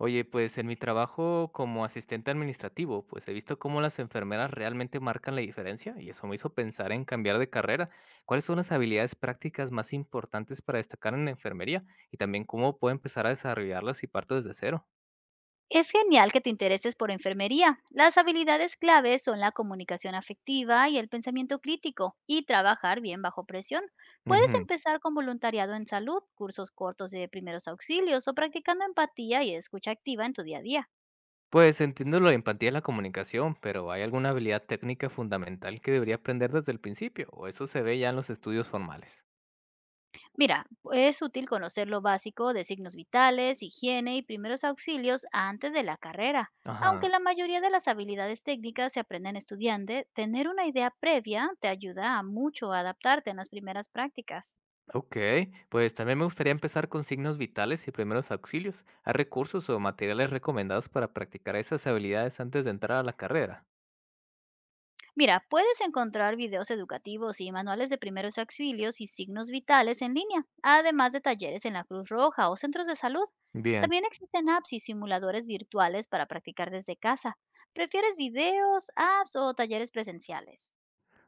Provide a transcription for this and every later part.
Oye, pues en mi trabajo como asistente administrativo, pues he visto cómo las enfermeras realmente marcan la diferencia y eso me hizo pensar en cambiar de carrera. ¿Cuáles son las habilidades prácticas más importantes para destacar en la enfermería? Y también cómo puedo empezar a desarrollarlas si parto desde cero. Es genial que te intereses por enfermería. Las habilidades claves son la comunicación afectiva y el pensamiento crítico y trabajar bien bajo presión. Puedes Ujú. empezar con voluntariado en salud, cursos cortos de primeros auxilios o practicando empatía y escucha activa en tu día a día. Pues entiendo lo de empatía y la comunicación, pero ¿hay alguna habilidad técnica fundamental que debería aprender desde el principio? ¿O eso se ve ya en los estudios formales? Mira, es útil conocer lo básico de signos vitales, higiene y primeros auxilios antes de la carrera. Ajá. Aunque la mayoría de las habilidades técnicas se aprenden estudiando, tener una idea previa te ayuda a mucho a adaptarte en las primeras prácticas. Ok, pues también me gustaría empezar con signos vitales y primeros auxilios. ¿Hay recursos o materiales recomendados para practicar esas habilidades antes de entrar a la carrera? Mira, puedes encontrar videos educativos y manuales de primeros auxilios y signos vitales en línea, además de talleres en la Cruz Roja o centros de salud. Bien, También existen apps y simuladores virtuales para practicar desde casa. ¿Prefieres videos, apps o talleres presenciales?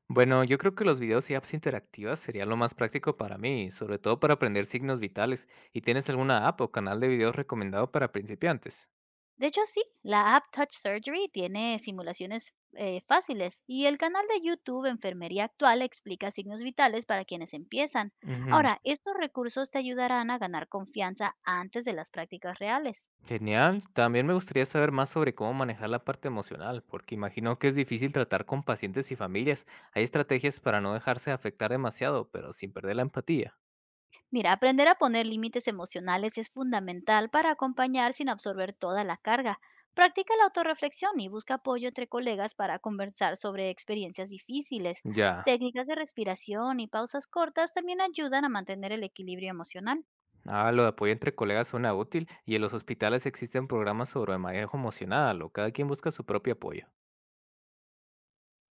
bueno, yo creo que los videos y apps interactivas sería lo más práctico para mí, sobre todo para aprender signos vitales. ¿Y tienes alguna app o canal de videos recomendado para principiantes? De hecho, sí, la app Touch Surgery tiene simulaciones fáciles y el canal de YouTube Enfermería Actual explica signos vitales para quienes empiezan. Ujú, Ahora, estos recursos te ayudarán a ganar confianza antes de las prácticas reales. genial. También me gustaría saber más sobre cómo manejar la parte emocional, porque imagino que es difícil tratar con pacientes y familias. Hay estrategias para no dejarse afectar demasiado, pero sin perder la empatía. Mira, aprender a poner límites emocionales es fundamental para acompañar sin absorber toda la carga. Practica la autorreflexión y busca apoyo entre colegas para conversar sobre experiencias difíciles. Ya. Técnicas de respiración y pausas cortas también ayudan a mantener el equilibrio emocional. Ah, lo de apoyo entre colegas suena útil y en los hospitales existen programas sobre manejo emocional o cada quien busca su propio apoyo.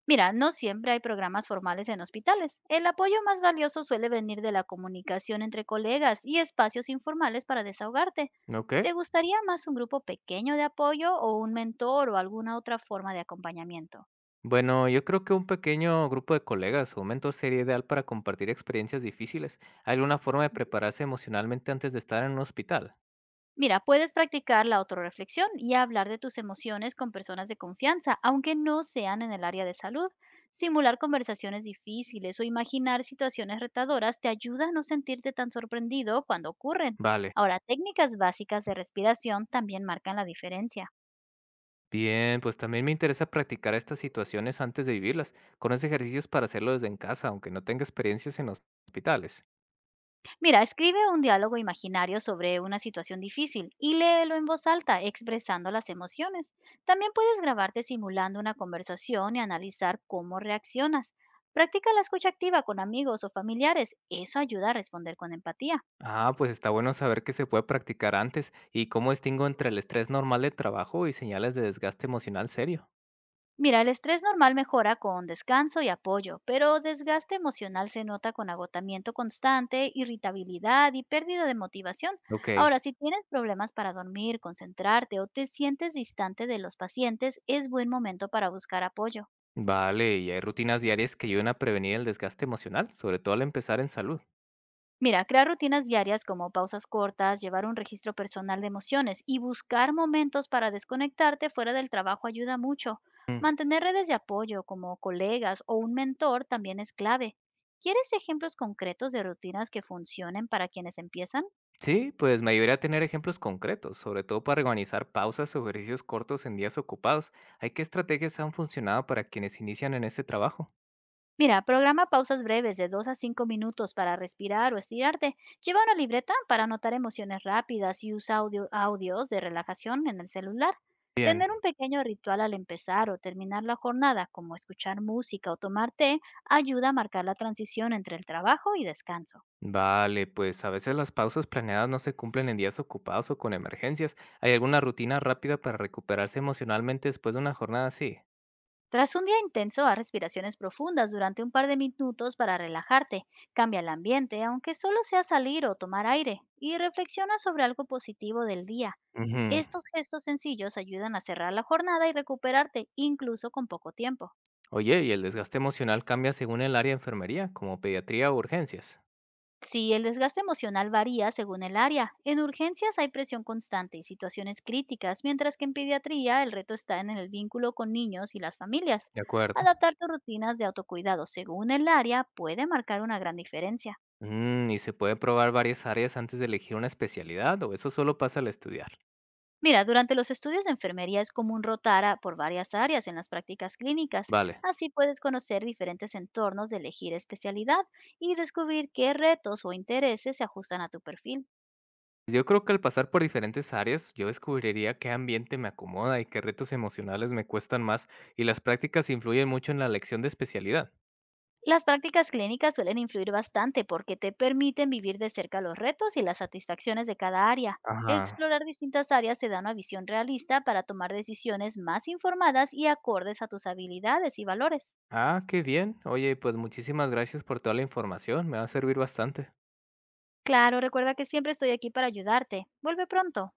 Mira, no siempre hay programas formales en hospitales. El apoyo más valioso suele venir de la comunicación entre colegas y espacios informales para desahogarte. Ok. ¿Te gustaría más un grupo pequeño de apoyo o un mentor o alguna otra forma de acompañamiento? Bueno, yo creo que un pequeño grupo de colegas o mentor sería ideal para compartir experiencias difíciles. ¿Hay alguna forma de prepararse emocionalmente antes de estar en un hospital? Mira, puedes practicar la autorreflexión y hablar de tus emociones con personas de confianza, aunque no sean en el área de salud. Simular conversaciones difíciles o imaginar situaciones retadoras te ayuda a no sentirte tan sorprendido cuando ocurren. Vale. Ahora, técnicas básicas de respiración también marcan la diferencia. Bien, pues también me interesa practicar estas situaciones antes de vivirlas, con esos ejercicios para hacerlo desde en casa, aunque no tenga experiencias en los hospitales. Mira, escribe un diálogo imaginario sobre una situación difícil y léelo en voz alta, expresando las emociones. También puedes grabarte simulando una conversación y analizar cómo reaccionas. Practica la escucha activa con amigos o familiares. Eso ayuda a responder con empatía. Ah, pues está bueno saber que se puede practicar antes y cómo distingo entre el estrés normal de trabajo y señales de desgaste emocional serio. Mira, el estrés normal mejora con descanso y apoyo, pero desgaste emocional se nota con agotamiento constante, irritabilidad y pérdida de motivación. Ok, Ahora, si tienes problemas para dormir, concentrarte o te sientes distante de los pacientes, es buen momento para buscar apoyo. vale, y hay rutinas diarias que ayudan a prevenir el desgaste emocional, sobre todo al empezar en salud. Mira, crear rutinas diarias como pausas cortas, llevar un registro personal de emociones y buscar momentos para desconectarte fuera del trabajo ayuda mucho. Mm, Mantener redes de apoyo como colegas o un mentor también es clave. ¿Quieres ejemplos concretos de rutinas que funcionen para quienes empiezan? sí, pues me ayudaría a tener ejemplos concretos, sobre todo para organizar pausas o ejercicios cortos en días ocupados. ¿Hay qué estrategias han funcionado para quienes inician en este trabajo? Mira, programa pausas breves de 2 a 5 minutos para respirar o estirarte. Lleva una libreta para anotar emociones rápidas y usa audios de relajación en el celular. Bien. Tener un pequeño ritual al empezar o terminar la jornada, como escuchar música o tomar té, ayuda a marcar la transición entre el trabajo y descanso. Vale, pues a veces las pausas planeadas no se cumplen en días ocupados o con emergencias. ¿Hay alguna rutina rápida para recuperarse emocionalmente después de una jornada así? Tras un día intenso, haz respiraciones profundas durante un par de minutos para relajarte. Cambia el ambiente, aunque solo sea salir o tomar aire, y reflexiona sobre algo positivo del día. Ujú. Estos gestos sencillos ayudan a cerrar la jornada y recuperarte, incluso con poco tiempo. Oye, ¿y el desgaste emocional cambia según el área de enfermería, como pediatría o urgencias? Sí, el desgaste emocional varía según el área. En urgencias hay presión constante y situaciones críticas, mientras que en pediatría el reto está en el vínculo con niños y las familias. De acuerdo. Adaptar tus rutinas de autocuidado según el área puede marcar una gran diferencia. Mm, ¿y se puede probar varias áreas antes de elegir una especialidad o eso solo pasa al estudiar? Mira, durante los estudios de enfermería es común rotar por varias áreas en las prácticas clínicas. Vale. Así puedes conocer diferentes entornos de elegir especialidad y descubrir qué retos o intereses se ajustan a tu perfil. Yo creo que al pasar por diferentes áreas, yo descubriría qué ambiente me acomoda y qué retos emocionales me cuestan más, y las prácticas influyen mucho en la elección de especialidad. Las prácticas clínicas suelen influir bastante porque te permiten vivir de cerca los retos y las satisfacciones de cada área. Ajá. Explorar distintas áreas te da una visión realista para tomar decisiones más informadas y acordes a tus habilidades y valores. Ah, qué bien. Oye, pues muchísimas gracias por toda la información, me va a servir bastante. Claro, recuerda que siempre estoy aquí para ayudarte. Vuelve pronto.